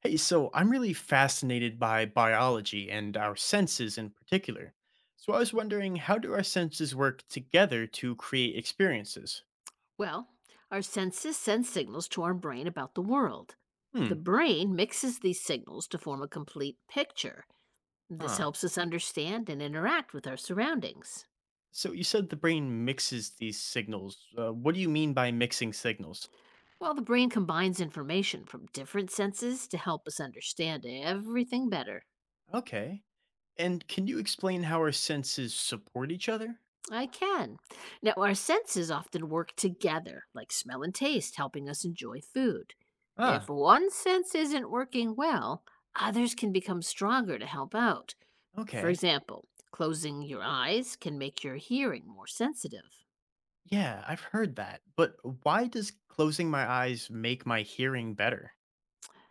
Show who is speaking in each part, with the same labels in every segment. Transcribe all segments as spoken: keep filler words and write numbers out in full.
Speaker 1: Hey, so I'm really fascinated by biology and our senses in particular. So I was wondering, how do our senses work together to create experiences?
Speaker 2: Well, our senses send signals to our brain about the world.
Speaker 1: Hmm.
Speaker 2: The brain mixes these signals to form a complete picture. This
Speaker 1: Huh.
Speaker 2: helps us understand and interact with our surroundings.
Speaker 1: So you said the brain mixes these signals. Uh, what do you mean by mixing signals?
Speaker 2: While the brain combines information from different senses to help us understand everything better.
Speaker 1: Okay. And can you explain how our senses support each other?
Speaker 2: I can. Now, our senses often work together, like smell and taste, helping us enjoy food. If
Speaker 1: Ah,
Speaker 2: one sense isn't working well, others can become stronger to help out. For
Speaker 1: okay.
Speaker 2: example, closing your eyes can make your hearing more sensitive
Speaker 1: Yeah, I've heard that. But why does closing my eyes make my hearing better?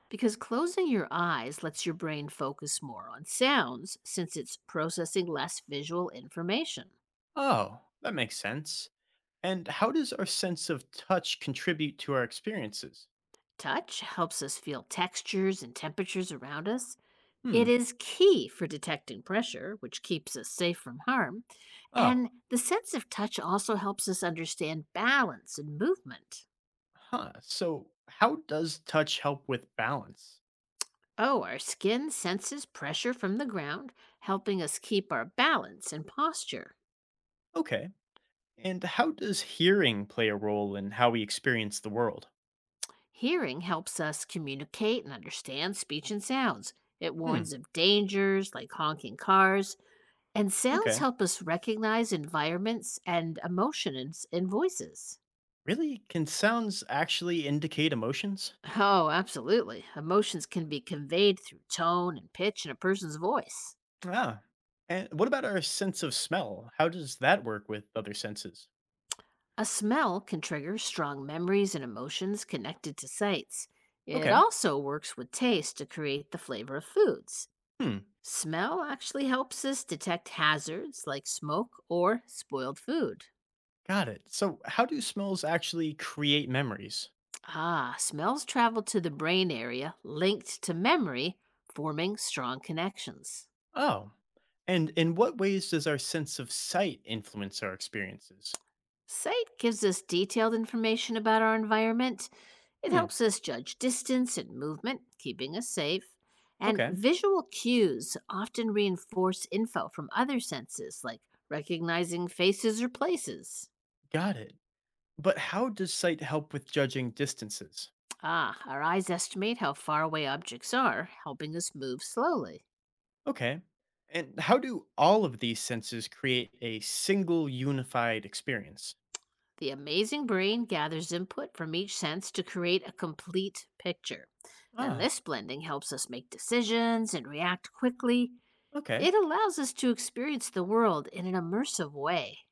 Speaker 2: because closing your eyes lets your brain focus more on sounds since it's processing less visual information.
Speaker 1: Oh, that makes sense. And how does our sense of touch contribute to our experiences?
Speaker 2: Touch helps us feel textures and temperatures around us. It
Speaker 1: Hmm.
Speaker 2: is key for detecting pressure, which keeps us safe from harm.
Speaker 1: Oh,
Speaker 2: And the sense of touch also helps us understand balance and movement.
Speaker 1: huh. So, how does touch help with balance?
Speaker 2: Oh, our skin senses pressure from the ground, helping us keep our balance and posture.
Speaker 1: Okay. And how does hearing play a role in how we experience the world?
Speaker 2: Hearing helps us communicate and understand speech and sounds. It
Speaker 1: Hmm.
Speaker 2: warns of dangers like honking cars, and sounds
Speaker 1: Okay.
Speaker 2: help us recognize environments and emotions in voices.
Speaker 1: Really? Can sounds actually indicate emotions?
Speaker 2: Oh, absolutely. Emotions can be conveyed through tone and pitch in a person's voice.
Speaker 1: Ah. And what about our sense of smell? How does that work with other senses?
Speaker 2: A smell can trigger strong memories and emotions connected to sights. It
Speaker 1: Okay.
Speaker 2: also works with taste to create the flavor of foods.
Speaker 1: Hmm.
Speaker 2: Smell actually helps us detect hazards like smoke or spoiled food.
Speaker 1: Got it. So, how do smells actually create memories?
Speaker 2: Ah, smells travel to the brain area linked to memory, forming strong connections.
Speaker 1: Oh, and in what ways does our sense of sight influence our experiences?
Speaker 2: Sight gives us detailed information about our environment. It
Speaker 1: Hmm,
Speaker 2: helps us judge distance and movement, keeping us safe. And
Speaker 1: okay,
Speaker 2: visual cues often reinforce info from other senses, like recognizing faces or places.
Speaker 1: got it. But how does sight help with judging distances?
Speaker 2: Ah, our eyes estimate how far away objects are, helping us move slowly.
Speaker 1: Okay, and how do all of these senses create a single unified experience?
Speaker 2: The amazing brain gathers input from each sense to create a complete picture. And
Speaker 1: Ah,
Speaker 2: this blending helps us make decisions and react quickly.
Speaker 1: okay.
Speaker 2: It allows us to experience the world in an immersive way.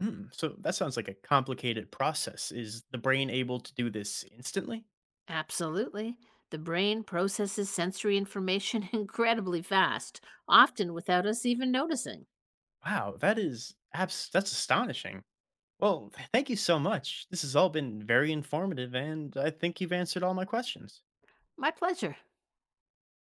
Speaker 1: Hmm, so that sounds like a complicated process. Is the brain able to do this instantly?
Speaker 2: Absolutely. The brain processes sensory information incredibly fast, often without us even noticing.
Speaker 1: Wow, that is abs- that's astonishing. Well, th- thank you so much. This has all been very informative, and I think you've answered all my questions.
Speaker 2: My pleasure.